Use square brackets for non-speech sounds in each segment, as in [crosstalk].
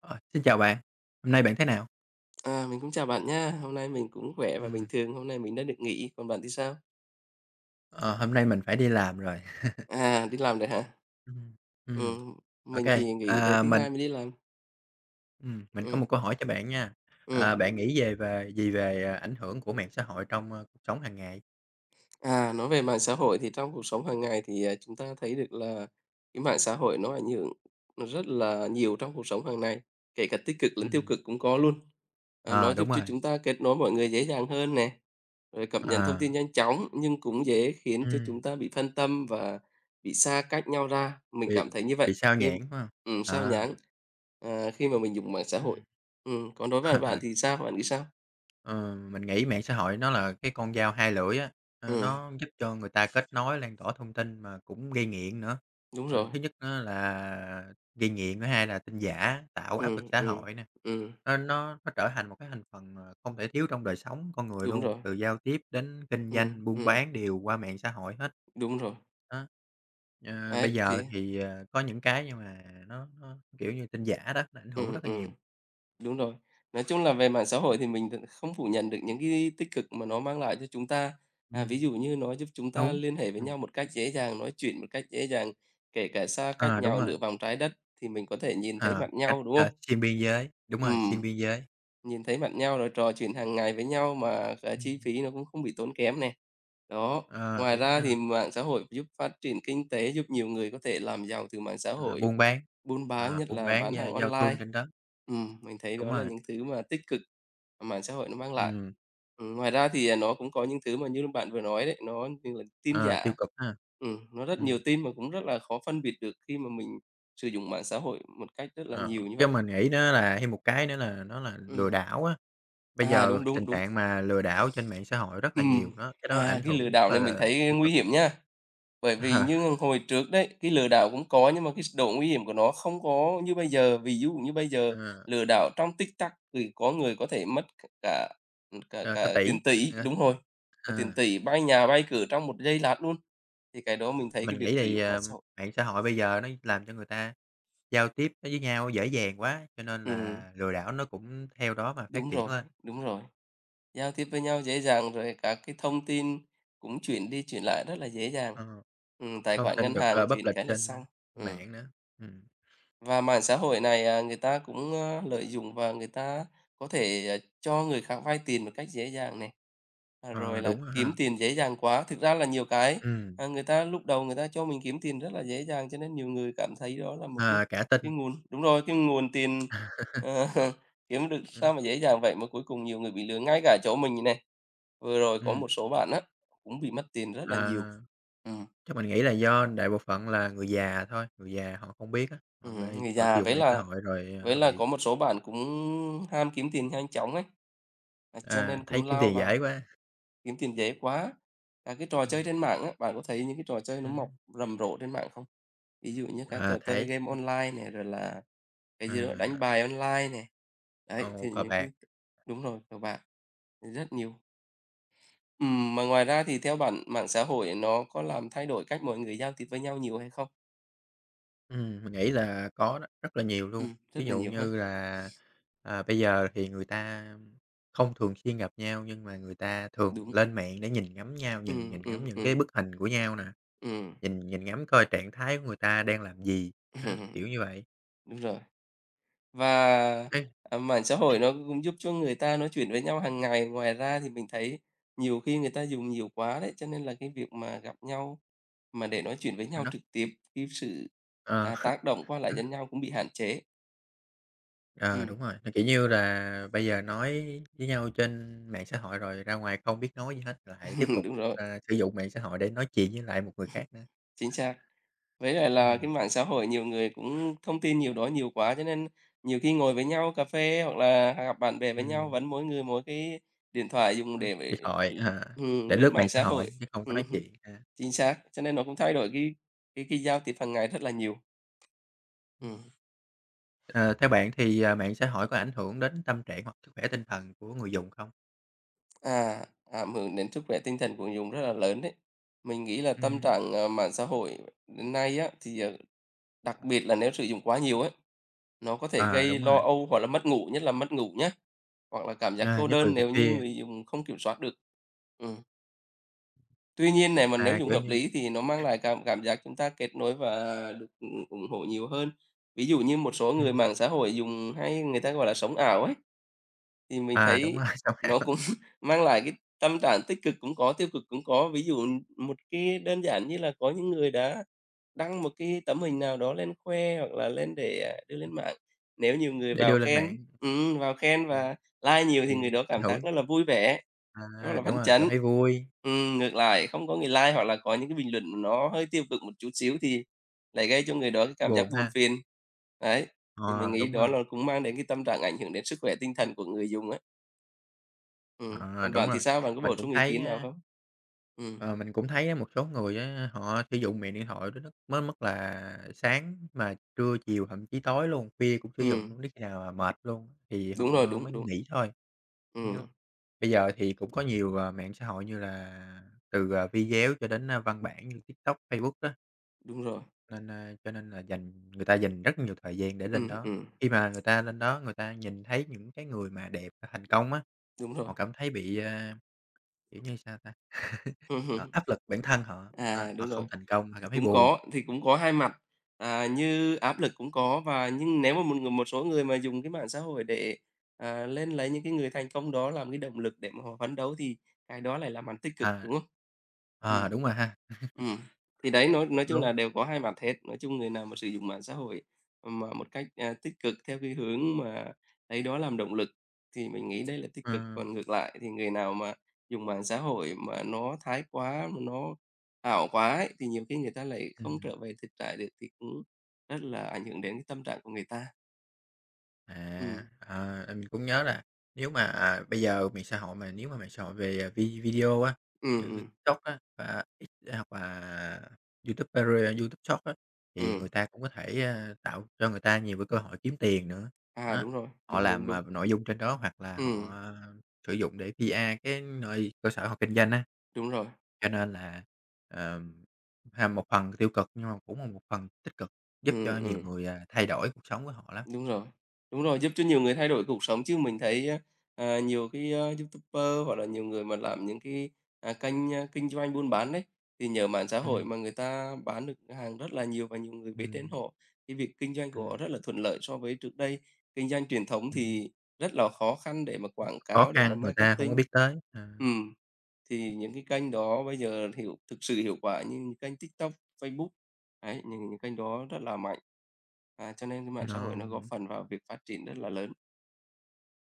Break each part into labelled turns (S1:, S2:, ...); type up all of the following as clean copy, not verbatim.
S1: Ờ, Xin chào bạn, hôm nay bạn thế nào?
S2: À, mình cũng chào bạn nha. Hôm nay mình cũng khỏe và bình
S1: Ừm,
S2: thường, hôm nay mình đã được nghỉ, còn bạn thì sao?
S1: ờ, Hôm nay mình phải đi làm rồi.
S2: À, đi làm rồi hả?
S1: Ừm, ừm,
S2: Ừm,
S1: ô
S2: mình thì nghỉ tới
S1: à,
S2: thứ
S1: mình
S2: Hai mới đi làm.
S1: Mình có
S2: Ừ,
S1: một câu hỏi cho bạn nha.
S2: ừ.
S1: À, bạn nghĩ về về gì về, à, ảnh hưởng của mạng xã hội trong cuộc sống hàng ngày?
S2: À, nói về mạng xã hội thì trong cuộc sống hàng ngày thì, chúng ta thấy được là cái mạng xã hội nó ảnh hưởng nó rất là nhiều trong cuộc sống hàng ngày, kể cả tích cực lẫn tiêu
S1: Ừm,
S2: cực cũng có luôn. À, nó
S1: ờ, Đúng
S2: giúp cho
S1: rồi.
S2: chúng ta kết nối mọi người dễ dàng hơn nè, rồi cập nhật thông
S1: ờ,
S2: tin nhanh chóng nhưng cũng dễ khiến cho
S1: ừm,
S2: chúng ta bị phân tâm và bị xa cách nhau ra. Mình
S1: bị
S2: cảm thấy như vậy
S1: bị sao
S2: khi
S1: nhãng, phải hông?
S2: sao
S1: À,
S2: nhãng, khi mà mình dùng mạng xã hội.
S1: ừm.
S2: Còn đối với bạn
S1: [laughs]
S2: thì sao? Bạn nghĩ sao?
S1: Ờ, mình nghĩ mạng xã hội nó là cái con dao hai lưỡi á,
S2: Ừm,
S1: nó giúp cho người ta kết nối, lan tỏa thông tin mà cũng gây nghiện nữa.
S2: đúng rồi.
S1: Thứ nhất á là gây nghiện, thứ hai là tin giả, tạo áp lực
S2: Ừm,
S1: xã
S2: ừm,
S1: hội nè.
S2: ừm,
S1: Nó trở thành một cái thành phần không thể thiếu trong đời sống con người
S2: đúng
S1: luôn,
S2: rồi.
S1: từ giao tiếp đến kinh
S2: Ừ,
S1: doanh, buôn bán đều qua mạng xã hội hết.
S2: đúng rồi.
S1: Đó. Ờ, bây
S2: Ấy,
S1: giờ
S2: thì
S1: thì, ờ, có những cái nhưng mà kiểu như, tin giả đó, nó ảnh hưởng
S2: ừ,
S1: rất là nhiều.
S2: đúng rồi. Nói chung là về mạng xã hội thì mình không phủ nhận được những cái tích cực mà nó mang lại cho chúng ta. À, ví
S1: Ừm,
S2: dụ như nó giúp chúng ta
S1: đúng,
S2: liên hệ với
S1: ừm,
S2: nhau một cách dễ dàng, nói chuyện một cách dễ dàng, kể cả xa cách
S1: ờ, đúng
S2: nhau
S1: rồi.
S2: nửa vòng trái đất thì mình có thể nhìn thấy
S1: Ờ,
S2: mặt
S1: cách,
S2: nhau, đúng
S1: ờ,
S2: không?
S1: xuyên biên giới, đúng
S2: Ừ,
S1: rồi, xuyên biên giới.
S2: nhìn thấy mặt nhau rồi trò chuyện hàng ngày với nhau mà cả chi
S1: Ừm,
S2: phí nó cũng không bị tốn kém này. Đó,
S1: ờ,
S2: ngoài
S1: đúng
S2: ra
S1: ha,
S2: thì mạng xã hội giúp phát triển kinh tế, giúp nhiều người có thể làm giàu từ mạng xã
S1: à,
S2: hội.
S1: buôn bán,
S2: Buôn bán,
S1: à,
S2: nhất
S1: buôn
S2: là
S1: bán
S2: bán
S1: và
S2: hàng
S1: giao
S2: online.
S1: thương trên đất,
S2: Mình thấy
S1: đúng
S2: đó là
S1: rồi,
S2: những thứ mà tích cực mà mạng xã hội nó mang lại.
S1: ừm,
S2: Ngoài ra thì, nó cũng có những thứ mà như bạn vừa nói đấy, nó như là tin
S1: ờ, tiêu
S2: giả.
S1: cực ha,
S2: Nó rất nhiều
S1: ừm,
S2: tin mà cũng rất là khó phân biệt được khi mà mình sử dụng mạng xã hội một cách rất là
S1: ờ.
S2: nhiều như
S1: Cái
S2: vậy.
S1: mình nghĩ đó là thêm một cái nữa là nó là lừa
S2: Ừm.
S1: đảo á, bây
S2: À,
S1: giờ
S2: đúng,
S1: tình
S2: đúng, đúng.
S1: trạng mà lừa đảo trên mạng xã hội rất là
S2: Ừm.
S1: nhiều đó, cái đó
S2: À,
S1: ảnh
S2: cái lừa
S1: hưởng
S2: đảo
S1: rất
S2: này mình
S1: là
S2: thấy
S1: tiêu
S2: nguy
S1: cực.
S2: hiểm nhá. Bởi vì như
S1: [laughs]
S2: hồi trước đấy, cái lừa đảo cũng có nhưng mà cái độ nguy hiểm của nó không có như bây giờ. Ví dụ như bây giờ
S1: Ờ, ờ,
S2: lừa đảo trong TikTok thì có người có thể mất cả, cả
S1: ờ, cả
S2: cả
S1: tỷ,
S2: tiền tỷ
S1: ờ.
S2: đúng rồi, cả
S1: Ờ.
S2: tiền tỷ, bay nhà bay cửa trong một giây lát luôn, thì cái đó
S1: Ừm,
S2: mình thấy cái
S1: mình
S2: việc
S1: nghĩ
S2: sử
S1: thì,
S2: dụng mạng
S1: ờ,
S2: xã hội.
S1: mạng xã hội bây giờ nó làm cho người ta giao tiếp với nhau dễ dàng quá, cho nên
S2: Ừm,
S1: là lừa đảo nó cũng theo đó mà phát
S2: đúng
S1: triển
S2: rồi,
S1: lên.
S2: đúng rồi, giao tiếp với nhau dễ dàng, rồi các cái thông tin cũng chuyển đi chuyển lại rất là dễ dàng.
S1: Ờ,
S2: Tài
S1: Thông
S2: khoản
S1: tin
S2: ngân
S1: được
S2: hàng chuyển
S1: public
S2: cái là
S1: trên
S2: xong.
S1: trên
S2: Ừm.
S1: mạng nữa. Ừm,
S2: Và mạng xã hội này, người ta cũng, lợi dụng và người ta có thể, cho người khác vay tiền một cách dễ dàng này,
S1: ờ,
S2: rồi là
S1: đúng rồi ha.
S2: kiếm tiền dễ dàng quá. Thực ra là nhiều cái,
S1: Ừm,
S2: người ta lúc đầu người ta cho mình kiếm tiền rất là dễ dàng, cho nên nhiều người cảm thấy đó là một cái
S1: à, cả tin.
S2: cái nguồn đúng rồi, cái nguồn tiền, ờ,
S1: [laughs]
S2: [laughs] kiếm được
S1: Ừm,
S2: sao mà dễ dàng vậy mà cuối cùng nhiều người bị lừa. Ngay cả chỗ mình này, vừa rồi có
S1: ừm,
S2: một số bạn á, cũng bị mất tiền rất là
S1: ờ,
S2: nhiều. Ừm.
S1: chắc mình nghĩ là do đại bộ phận là người già thôi, người già họ không biết á, họ mê
S2: Người
S1: họ sử
S2: già,
S1: dụng
S2: với
S1: mạng xã
S2: là
S1: hội rồi, ờ,
S2: với
S1: họ
S2: là
S1: bị,
S2: có một số bạn cũng ham kiếm tiền nhanh chóng ấy, cho
S1: à,
S2: nên cũng
S1: thấy kiếm
S2: lao
S1: tiền dễ
S2: vào
S1: quá. [laughs]
S2: kiếm tiền dễ quá. Các cái trò chơi
S1: Ừm,
S2: trên mạng á, bạn có thấy những cái trò chơi nó
S1: ừm,
S2: mọc rầm rộ trên mạng không? Ví dụ như các
S1: à,
S2: trò chơi
S1: thấy,
S2: game online này, rồi là cái gì đó đánh
S1: à,
S2: bài online này. Đấy,
S1: ô,
S2: thì
S1: cờ
S2: những cái
S1: bạc.
S2: đúng rồi, các bạn rất nhiều. Mà ngoài ra thì theo bạn mạng xã hội nó có làm thay đổi cách mọi người giao tiếp với nhau nhiều hay không?
S1: Mình nghĩ là có đó, rất là nhiều luôn. Ví
S2: Rất là
S1: dụ
S2: nhiều ha.
S1: như là, à, bây giờ thì người ta không thường xuyên gặp nhau nhưng mà người ta thường
S2: Đúng.
S1: lên mạng để nhìn ngắm nhau,
S2: Ừ,
S1: nhìn nhìn
S2: ừ,
S1: ngắm những
S2: ừ,
S1: cái bức hình của nhau nè,
S2: ừm.
S1: nhìn nhìn ngắm coi trạng thái của người ta đang làm gì, á, kiểu
S2: [laughs]
S1: như vậy.
S2: Đúng rồi. Và,
S1: Cái
S2: mạng xã hội nó cũng giúp cho người ta nói chuyện với nhau hàng ngày. Ngoài ra thì mình thấy nhiều khi người ta dùng nhiều quá đấy, cho nên là cái việc mà gặp nhau mà để nói chuyện với nhau
S1: nó
S2: trực tiếp, cái sự,
S1: ờ,
S2: tác
S1: [laughs]
S2: động qua lại lẫn
S1: rất-,
S2: nhau cũng bị hạn chế.
S1: ờ, đúng
S2: Ừm,
S1: rồi, nó, kiểu như là, bây giờ nói với nhau trên mạng xã hội rồi ra ngoài không biết nói gì hết, lại tiếp
S2: [laughs]
S1: tục,
S2: đúng rồi,
S1: à, sử dụng mạng xã hội để nói chuyện với lại một người khác nữa.
S2: chính xác. Với lại là cái
S1: Ừm,
S2: mạng xã hội nhiều người cũng thông tin nhiều đó nhiều quá, cho nên nhiều khi ngồi với nhau cà phê hoặc là gặp bạn bè với nhau
S1: ừm.
S2: vẫn mỗi người mỗi cái điện thoại dùng để,
S1: Điện thoại, à, để
S2: lướt
S1: lướt mạng
S2: mạng
S1: xã
S2: xã hội.
S1: hội chứ không có nói
S2: Ừm.
S1: chuyện ha.
S2: Chính xác, cho nên nó cũng thay đổi cái giao tiếp hàng ngày rất là nhiều.
S1: Ừm,
S2: Ừm,
S1: ờ, Theo bạn thì, à, mạng xã hội có ảnh hưởng đến tâm trạng hoặc sức khỏe tinh thần của người dùng không?
S2: à, ảnh hưởng đến sức khỏe tinh thần của người dùng rất là lớn đấy. Mình nghĩ là tâm
S1: Ừm.
S2: trạng, mạng xã hội đến nay á, thì, đặc biệt là nếu sử dụng quá nhiều ấy, nó có thể
S1: À,
S2: gây
S1: đúng
S2: lo
S1: rồi,
S2: âu hoặc là mất ngủ, nhất là mất ngủ nhá, hoặc là cảm giác
S1: à,
S2: cô
S1: nhất là
S2: đơn
S1: về
S2: nếu như
S1: phê,
S2: người dùng không kiểm soát được. Ừm, tuy nhiên này mà nếu
S1: à,
S2: dùng
S1: kiểu
S2: hợp
S1: như
S2: lý thì nó mang lại cảm cảm giác chúng ta kết nối và được, ủng hộ nhiều hơn. Ví dụ như một số người
S1: ừm,
S2: mạng xã hội dùng hay người ta, gọi là, sống ảo ấy. Thì mình
S1: à, đúng
S2: thấy
S1: rồi, [laughs] sống
S2: nó
S1: ảo
S2: cũng [laughs] mang lại cái tâm trạng tích cực cũng có, tiêu cực cũng có. Ví dụ một cái đơn giản như là có những người đã đăng một cái tấm hình nào đó lên khoe hoặc là lên để, đưa lên mạng. Nếu nhiều người
S1: để
S2: vào
S1: đưa lên
S2: khen
S1: mạng, ừm,
S2: và like nhiều thì người
S1: thì
S2: đó
S1: ảnh
S2: cảm
S1: hưởng
S2: giác rất là vui vẻ, rất
S1: à,
S2: là
S1: đúng
S2: phấn
S1: rồi, cảm
S2: chấn.
S1: thấy vui,
S2: Ngược lại không có người like hoặc là có những cái bình luận nó hơi tiêu cực một chút xíu thì lại gây cho người đó cái cảm giác
S1: buồn
S2: buồn
S1: ha,
S2: phiền. Đấy, thì mình
S1: ờ,
S2: nghĩ
S1: đúng
S2: đó
S1: rồi,
S2: là cũng mang đến cái tâm trạng ảnh hưởng đến sức khỏe tinh thần của người dùng.
S1: ờ,
S2: Còn
S1: đúng
S2: bạn
S1: rồi.
S2: thì sao? Bạn có
S1: Mình
S2: bổ
S1: cũng
S2: sung ý
S1: thấy
S2: kiến nào
S1: á.
S2: không? Ừm,
S1: Ờ, mình cũng thấy á, một số người á, họ sử dụng mạng điện thoại đó nó mới mất là sáng mà trưa, chiều, thậm chí tối luôn, khuya cũng sử
S2: ừm,
S1: dụng luôn, đến khi nào mà mệt luôn thì
S2: đúng rồi,
S1: họ
S2: đúng,
S1: mới
S2: đúng.
S1: nghỉ thôi. Nhưng
S2: Ừm,
S1: bây giờ thì cũng có nhiều, ờ, mạng xã hội như là từ video cho đến, a, văn bản như TikTok, Facebook đó.
S2: đúng
S1: Đó.
S2: rồi.
S1: Cho nên là người ta dành rất nhiều thời gian để lên
S2: Ừm,
S1: đó.
S2: ừm,
S1: Khi mà người ta lên đó, người ta nhìn thấy những cái người mà đẹp thành công á,
S2: đúng rồi.
S1: họ cảm thấy bị, a. Kiểu như sao ta? [laughs] Họ
S2: [laughs]
S1: áp lực bản thân họ, đó,
S2: À,
S1: họ
S2: đúng
S1: không
S2: rồi.
S1: thành công, họ
S2: Thì
S1: cảm thấy
S2: cũng
S1: buồn.
S2: có, thì cũng có hai mặt, như áp lực cũng có và nhưng nếu mà một người một số người mà dùng cái mạng xã hội để, lên lấy những cái người thành công đó làm cái động lực để mà họ phấn đấu thì cái đó lại là mặt tích cực,
S1: À.
S2: đúng không? Ừ.
S1: Ờ, đúng rồi ha,
S2: Ừm, thì đấy, nói
S1: cũng
S2: nói chung
S1: đúng.
S2: là đều có hai mặt hết. Nói chung người nào mà sử dụng mạng xã hội mà một cách, tích cực theo cái hướng mà lấy đó làm động lực thì mình nghĩ đây là tích cực,
S1: Ừm,
S2: còn ngược lại thì người nào mà dùng mạng xã hội mà nó thái quá, mà nó ảo quá ấy, thì nhiều khi người ta lại không
S1: ừm.
S2: trở về thực tại được thì cũng rất là ảnh hưởng đến cái tâm trạng của người ta. Ừ,
S1: À, à, mình cũng nhớ là nếu mà, à, bây giờ mạng xã hội mà nếu mà mạng xã hội về, à, video á,
S2: ừ,
S1: như cái
S2: ừ.
S1: TikTok á, và X à, hoặc là YouTube Paria, YouTube Short á, thì người
S2: Ừm.
S1: ta cũng có thể, a, tạo cho người ta nhiều cái cơ hội kiếm tiền nữa.
S2: À,
S1: Đó,
S2: đúng rồi,
S1: họ
S2: đúng, đúng,
S1: làm, à,
S2: đúng.
S1: nội dung trên đó hoặc là
S2: Ừ,
S1: họ, à, sử dụng để PR cái nơi cơ sở họ kinh doanh á,
S2: đúng rồi.
S1: cho nên là, ờm, ha, một phần tiêu cực nhưng mà cũng là một phần tích cực, giúp cho
S2: Ừ,
S1: nhiều
S2: ừ.
S1: người, à, thay đổi cuộc sống của họ lắm.
S2: Đúng rồi, đúng rồi, giúp cho nhiều người thay đổi cuộc sống chứ mình thấy, nhiều cái, YouTuber hoặc là nhiều người mà làm những cái, kênh, kinh doanh buôn bán đấy, thì nhờ mạng xã hội
S1: Ừm,
S2: mà người ta bán được hàng rất là nhiều và nhiều người biết đến
S1: ừm,
S2: họ. Cái việc kinh doanh của
S1: ừm.
S2: họ rất là thuận lợi so với trước đây, kinh doanh truyền thống
S1: Ừm,
S2: thì rất là khó khăn để mà quảng
S1: khó
S2: cáo, để mà
S1: khăn người ta hổng có
S2: marketing.
S1: biết tới, à,
S2: Ừm. Thì những cái kênh đó bây giờ thực sự hiệu quả như những kênh TikTok, Facebook, đấy, những kênh đó rất là mạnh. À, cho nên cái
S1: ờ,
S2: mạng xã hội nó góp phần vào việc phát triển rất là lớn.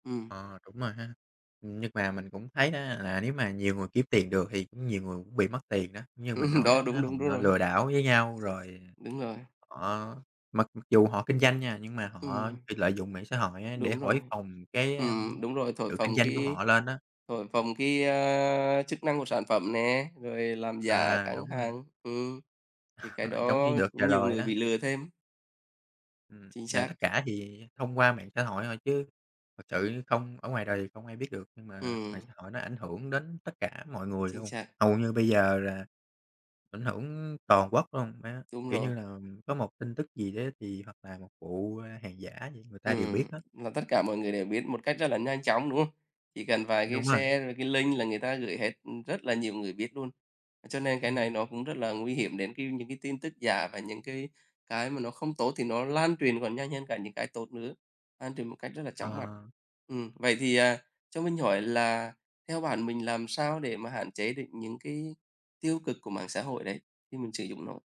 S2: Ừm,
S1: ờ, đúng rồi ha. Nhưng mà mình cũng thấy đó là nếu mà nhiều người kiếm tiền được thì cũng nhiều người cũng bị mất tiền đó, như mình
S2: [laughs]
S1: nói
S2: đó,
S1: á, nó
S2: đúng,
S1: họ
S2: đúng, đúng rồi,
S1: lừa đảo với nhau rồi
S2: đúng rồi,
S1: họ mặc mặc dù họ kinh doanh nha, nhưng mà họ
S2: ừm,
S1: bị lợi dụng mạng xã hội á để
S2: đúng rồi,
S1: thổi phồng cái, a,
S2: đúng rồi, thổi
S1: sự kinh
S2: phồng
S1: doanh của
S2: cái
S1: họ lên á.
S2: thổi phồng cái, a, chức năng của sản phẩm nè, rồi làm giả
S1: À,
S2: các
S1: đúng rồi,
S2: hàng, thì
S1: [laughs]
S2: cái
S1: ờ, giống
S2: đó
S1: như đợt vừa
S2: cũng nhiều
S1: rồi
S2: người
S1: đó.
S2: bị lừa thêm. Chính
S1: Là tất
S2: xác,
S1: cả thì thông qua mạng xã hội thôi chứ thật sự không ở ngoài đời thì không ai biết được, nhưng mà mạng
S2: ừm,
S1: xã hội nó ảnh hưởng đến tất cả mọi người
S2: chính
S1: luôn.
S2: xác,
S1: Hầu như bây giờ là ảnh hưởng toàn quốc luôn, má
S2: đúng
S1: kiểu
S2: rồi.
S1: như là, có một tin tức gì đấy thì hoặc là một vụ, a, hàng giả gì người ta đều biết
S2: Ừm,
S1: hết.
S2: là tất cả mọi người đều biết một cách rất là nhanh chóng, đúng không? Chỉ cần vài cái
S1: Đúng rồi,
S2: share rồi cái link là người ta gửi hết, rất là nhiều người biết luôn. Cho nên cái này nó
S1: ừm,
S2: cũng rất là nguy hiểm đến cái những cái tin tức giả và những cái mà nó không tốt thì nó lan truyền còn nhanh hơn cả những cái tốt nữa, lan truyền một cách rất là
S1: ờ,
S2: chóng mặt. Vậy thì, cho mình hỏi là theo bạn mình làm sao để mà hạn chế được những cái tiêu cực của mạng xã hội đấy khi mình sử dụng nó?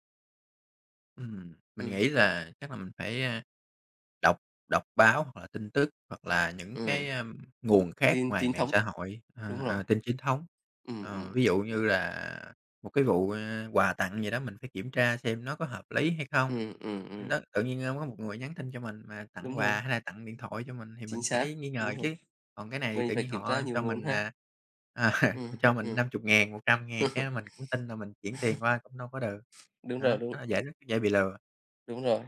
S1: mình
S2: Ừm,
S1: nghĩ là chắc là mình phải, a. Đọc đọc báo hoặc là tin tức, hoặc là những
S2: ừm,
S1: cái, nguồn khác
S2: tin
S1: ngoài
S2: chính
S1: mạng
S2: thống,
S1: xã hội, ờ,
S2: đúng rồi.
S1: ờ, tin chính thống.
S2: Ừm,
S1: Ờ,
S2: ừm,
S1: ví dụ như là một cái vụ, ơ, quà tặng gì đó mình phải kiểm tra xem nó có hợp lý hay không.
S2: Ừm,
S1: Đó, tự nhiên, ơ, có một người nhắn tin cho mình mà
S2: đúng
S1: tặng
S2: rồi,
S1: quà hay là tặng điện thoại cho mình thì
S2: chính
S1: mình
S2: xác,
S1: phải nghi
S2: đúng
S1: ngờ
S2: rồi,
S1: chứ. Còn cái này
S2: mình
S1: tự
S2: phải
S1: nhiên
S2: kiểm
S1: họ
S2: tra nhiều
S1: cho
S2: nguồn
S1: mình,
S2: ha.
S1: à, [laughs]
S2: Ừm,
S1: ờ, cho mình
S2: ừm,
S1: năm chục ngàn một trăm ngàn cái mình cũng tin là mình chuyển tiền qua cũng đâu có được.
S2: đúng rồi,
S1: Đó,
S2: đúng,
S1: rất dễ bị lừa.
S2: đúng rồi.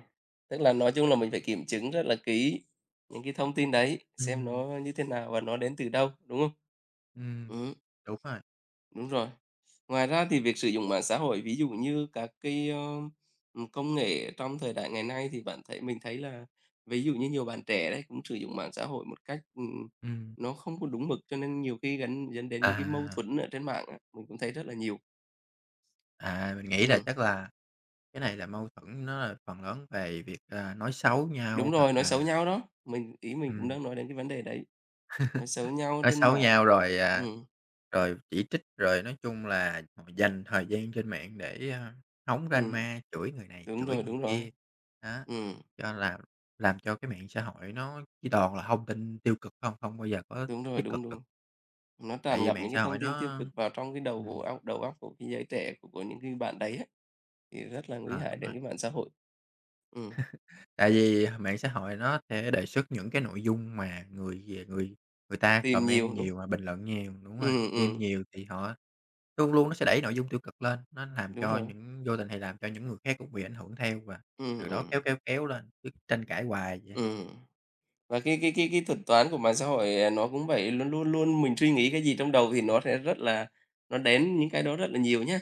S2: Tức là nói chung là mình phải kiểm chứng rất là kỹ những cái thông tin đấy, xem
S1: Ừm,
S2: nó như thế nào và nó đến từ đâu, đúng không?
S1: ừm,
S2: Ừm,
S1: đúng rồi,
S2: đúng rồi. Ngoài ra thì việc sử dụng mạng xã hội, ví dụ như các cái công nghệ trong thời đại ngày nay thì bạn thấy mình thấy là ví dụ như nhiều bạn trẻ đấy cũng sử dụng mạng xã hội một cách,
S1: ừm.
S2: nó không có đúng mực, cho nên nhiều khi gắn dẫn đến những cái mâu
S1: À,
S2: thuẫn ở trên mạng á, mình cũng thấy rất là nhiều.
S1: à, mình nghĩ là
S2: Ừm,
S1: chắc là cái này là mâu thuẫn nó là phần lớn về việc, à, nói xấu
S2: đúng
S1: nhau hoặc
S2: rồi, nói
S1: là
S2: xấu nhau đó, mình cũng
S1: ừm,
S2: đang nói đến cái vấn đề đấy, nói xấu nhau
S1: nói
S2: trên
S1: xấu
S2: mạng.
S1: nhau rồi, à,
S2: Ừm,
S1: rồi chỉ trích, rồi nói chung là họ dành thời gian trên mạng để, a, hóng
S2: ừm,
S1: drama, chửi người này,
S2: đúng
S1: chửi
S2: rồi,
S1: người
S2: đúng rồi.
S1: kia. Đó,
S2: Ừm,
S1: cho làm làm cho cái mạng xã hội nó chỉ toàn là thông tin tiêu cực không, không bao giờ có
S2: đúng rồi,
S1: tích cực
S2: đúng,
S1: được,
S2: đúng. Nó
S1: tại
S2: tràn
S1: vì
S2: ngập
S1: mạng
S2: những cái
S1: xã hội
S2: thông tin tiêu
S1: nó
S2: cực vào trong cái đầu của
S1: ừm,
S2: óc đầu óc của cái giới trẻ, của những cái bạn đấy á, thì rất là nguy
S1: ờ,
S2: hại
S1: đúng
S2: đến
S1: rồi.
S2: cái mạng xã hội. Ừm,
S1: Tại vì mạng xã hội nó sẽ đề xuất những cái nội dung mà người người ta
S2: tìm
S1: comment
S2: nhiều, đúng.
S1: nhiều và bình luận nhiều, đúng rồi,
S2: Ừm,
S1: tim
S2: ừm,
S1: nhiều thì họ luôn luôn nó sẽ đẩy nội dung tiêu cực lên, nó làm
S2: đúng
S1: cho
S2: rồi.
S1: những vô tình thì làm cho những người khác cũng bị ảnh hưởng theo và
S2: Ừm,
S1: từ đó
S2: ừm,
S1: kéo lên, cứ tranh cãi hoài vậy.
S2: ừm. Và cái thuật toán của mạng xã hội, nó cũng vậy, luôn luôn luôn mình suy nghĩ cái gì trong đầu thì nó đến những cái đó rất là nhiều nhá.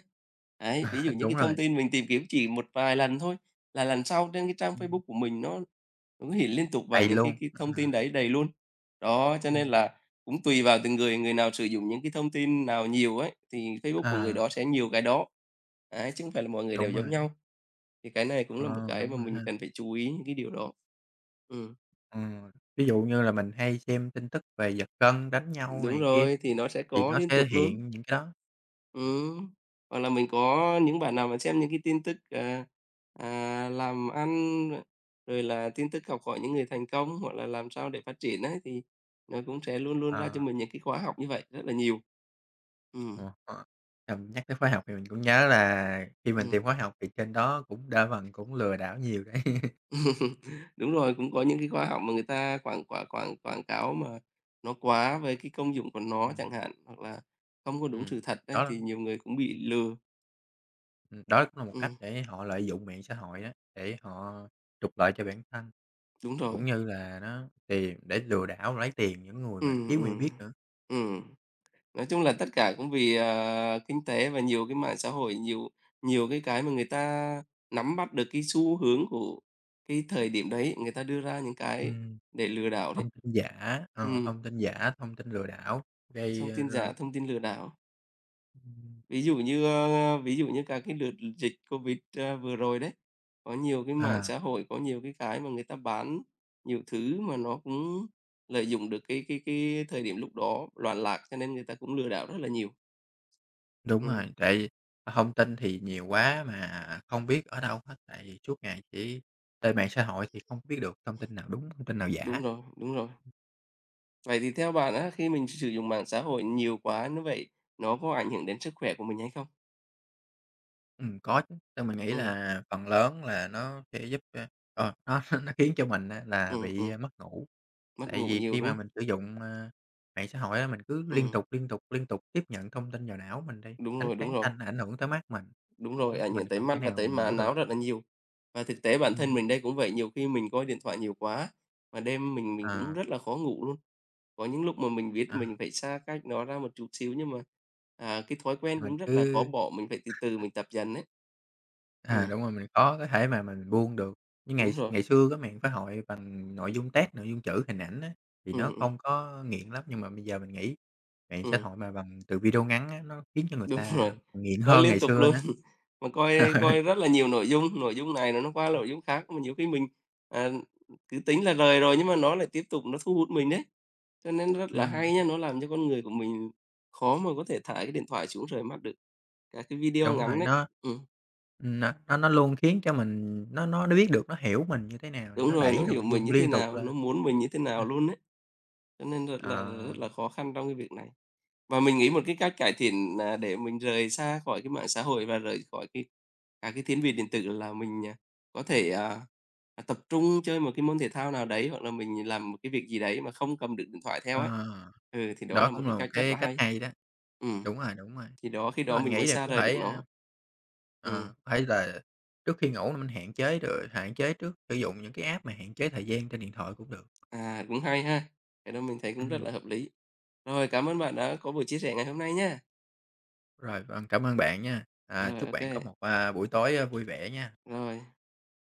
S2: Đấy, ví dụ
S1: [laughs]
S2: những
S1: Đúng
S2: cái thông
S1: rồi,
S2: tin mình tìm kiếm chỉ một vài lần thôi là lần sau trên cái trang
S1: ừm,
S2: Facebook của mình nó hiện liên tục vào
S1: thầy
S2: những cái
S1: luôn,
S2: cái thông
S1: à,
S2: tin đấy đầy luôn. Đó, cho nên
S1: ừm,
S2: là cũng tùy vào từng người, người nào sử dụng những cái thông tin nào nhiều ấy, thì Facebook của người
S1: à,
S2: đó sẽ nhiều cái đó. Đấy, chứ không phải là mọi người đều
S1: đúng
S2: giống
S1: rồi,
S2: nhau. Thì cái này cũng là một
S1: ờ,
S2: cái
S1: đúng
S2: mà
S1: rồi ha.
S2: mình cần phải chú ý những cái điều đó. Ừm.
S1: Ừm, ví dụ như là mình hay xem tin tức về giật gân, đánh nhau
S2: Đúng
S1: này kia
S2: rồi, thì nó sẽ
S1: thì
S2: có
S1: nó
S2: liên
S1: sẽ
S2: tục luôn.
S1: hiện những cái đó,
S2: Ừm, hoặc là mình có những bạn nào mà xem những cái tin tức, làm ăn, rồi là tin tức học hỏi những người thành công, hoặc là làm sao để phát triển ấy, thì nó cũng sẽ luôn luôn ra cho
S1: ờ.
S2: mình những cái khóa học như vậy rất là nhiều. Ừm,
S1: Ờ, ờ. Nhắc tới khóa học thì mình cũng nhớ là khi mình tìm
S2: ừm.
S1: khóa học thì trên đó cũng đa phần cũng lừa đảo nhiều đấy. [laughs]
S2: [laughs] Đúng rồi, cũng có những cái khóa học mà người ta quảng quảng quảng quảng cáo mà nó quá về cái công dụng của nó chẳng
S1: Ừm,
S2: hạn, hoặc là không có đúng sự
S1: ừm,
S2: thật đấy
S1: đó, là-,
S2: thì nhiều người cũng bị
S1: ừm,
S2: lừa.
S1: đó cũng là một cách
S2: Ừm.
S1: để họ lợi dụng mạng xã hội đó, để họ trục lợi cho bản thân,
S2: Đúng
S1: cũng
S2: rồi.
S1: như là nó tìm để lừa đảo lấy tiền những người mà
S2: Ừm,
S1: thiếu hiểu
S2: ừm,
S1: biết nữa.
S2: ừm. Nói chung là tất cả cũng vì, kinh tế và nhiều cái mạng xã hội, nhiều nhiều cái mà người ta nắm bắt được cái xu hướng của cái thời điểm đấy, người ta đưa ra những cái
S1: Ừm,
S2: để lừa đảo đấy.
S1: thông tin giả, ờ,
S2: Ừm,
S1: thông tin giả, thông tin lừa đảo gây
S2: thông
S1: ờ,
S2: tin
S1: ra,
S2: giả, thông tin lừa đảo.
S1: ừm,
S2: Ví dụ như các cái đợt dịch Covid, vừa rồi đấy, có nhiều cái mạng
S1: à.
S2: xã hội, có nhiều cái mà người ta bán nhiều thứ mà nó cũng lợi dụng được cái thời điểm lúc đó loạn lạc, cho nên người ta cũng lừa đảo rất là nhiều.
S1: Đúng
S2: Ừm,
S1: rồi, tại thông tin thì nhiều quá mà không biết ở đâu hết, tại vì suốt ngày chỉ lên mạng xã hội thì không biết được thông tin nào đúng, thông tin nào giả.
S2: đúng rồi, đúng rồi. Vậy thì theo bạn á, khi mình sử dụng mạng xã hội nhiều quá như vậy, nó có ảnh hưởng đến sức khỏe của mình hay không?
S1: Có chứ, nên mình nghĩ
S2: Ừm,
S1: là phần lớn là nó sẽ giúp, ơ, ờ, nó [laughs] nó khiến cho mình á là
S2: ừm,
S1: bị, a,
S2: ừm,
S1: mất ngủ.
S2: mất
S1: Tại
S2: ngủ
S1: vì
S2: nhiều,
S1: khi mà
S2: đúng không?
S1: mình sử dụng, ơ, mạng xã hội á, mình cứ
S2: Ừm,
S1: liên tục tiếp nhận thông tin vào não mình đi,
S2: đúng
S1: ánh
S2: rồi, đúng
S1: sáng
S2: rồi.
S1: xanh ảnh hưởng tới mắt mình,
S2: Đúng rồi,
S1: đó,
S2: ảnh
S1: mình
S2: hưởng tới
S1: không thể
S2: mắt và
S1: nào
S2: tới
S1: mình
S2: má
S1: ngủ được.
S2: não rất là nhiều. Và thực tế bản thân
S1: Ừm,
S2: mình đây cũng vậy, nhiều khi mình coi điện thoại nhiều quá, mà đêm mình cũng
S1: ờ,
S2: rất là khó ngủ luôn. Có những lúc mà mình biết
S1: ờ,
S2: mình phải xa cách nó ra một chút xíu nhưng mà, cái thói quen
S1: mình
S2: cũng rất là khó
S1: cứ.
S2: bỏ, mình phải từ từ mình tập dần đấy.
S1: À,
S2: Ừm,
S1: đúng rồi, mình có thể mà mình buông được. Như ngày
S2: đúng rồi.
S1: ngày xưa cái mạng xã hội bằng nội dung text, nội dung chữ, hình ảnh á, thì nó
S2: Ừ ừ
S1: không có nghiện lắm, nhưng mà bây giờ mình nghĩ mạng xã
S2: ừ.
S1: hội mà bằng từ video ngắn á, nó khiến cho người
S2: Đúng rồi,
S1: ta nghiện
S2: coi
S1: hơn
S2: liên
S1: ngày
S2: tục
S1: xưa
S2: luôn,
S1: nữa.
S2: [laughs] mà coi
S1: [laughs]
S2: coi rất là nhiều nội dung này rồi nó qua nội dung khác, mà nhiều khi mình, à, cứ tính là rời rồi nhưng mà nó lại tiếp tục nó thu hút mình đấy. Cho nên rất là
S1: Ừm,
S2: hay nhá nó làm cho con người của mình khó mà có thể thả cái điện thoại xuống rời mắt được. Các cái video
S1: đúng
S2: ngắn
S1: rồi,
S2: đấy. Ừm,
S1: nó luôn khiến cho mình nó biết được nó hiểu mình như thế nào để
S2: đúng
S1: nó
S2: rồi,
S1: đẩy
S2: nó hiểu
S1: nội
S2: mình
S1: dung
S2: như thế
S1: liên tục
S2: nào, nó
S1: lên.
S2: muốn mình như thế nào
S1: [laughs]
S2: luôn đấy, cho nên rất là
S1: ờ,
S2: rất là khó khăn trong cái việc này. Và mình nghĩ một cái cách cải thiện nà để mình rời xa khỏi cái mạng xã hội và rời khỏi các cái thiết bị điện tử là mình, có thể, tập trung chơi một cái môn thể thao nào đấy, hoặc là mình làm một cái việc gì đấy mà không cầm được điện thoại theo ấy.
S1: ờ,
S2: Ừ, thì đó
S1: đó
S2: là một
S1: cũng
S2: cái
S1: là một
S2: cách rất
S1: cái
S2: là
S1: cách
S2: hay.
S1: hay đó.
S2: Ừm,
S1: Đúng rồi, đúng rồi.
S2: thì đó khi
S1: Thế
S2: đó
S1: mình
S2: mình
S1: nghĩ
S2: mới
S1: là
S2: xa
S1: cũng
S2: rời được
S1: phải, a.
S2: nó. Ừm,
S1: Ờ, phải là trước khi ngủ là mình hạn chế trước sử dụng những cái app mà hạn chế thời gian trên điện thoại cũng được.
S2: cũng hay ha. Cái đó mình thấy cũng rất
S1: Ừm.
S2: là hợp lý. Rồi, cảm ơn bạn đã có buổi chia sẻ ngày hôm nay nhé.
S1: Rồi, vâng, cảm ơn bạn nha. À,
S2: Rồi,
S1: chúc
S2: ok
S1: bạn có một, a, buổi tối, a, vui vẻ nha.
S2: rồi.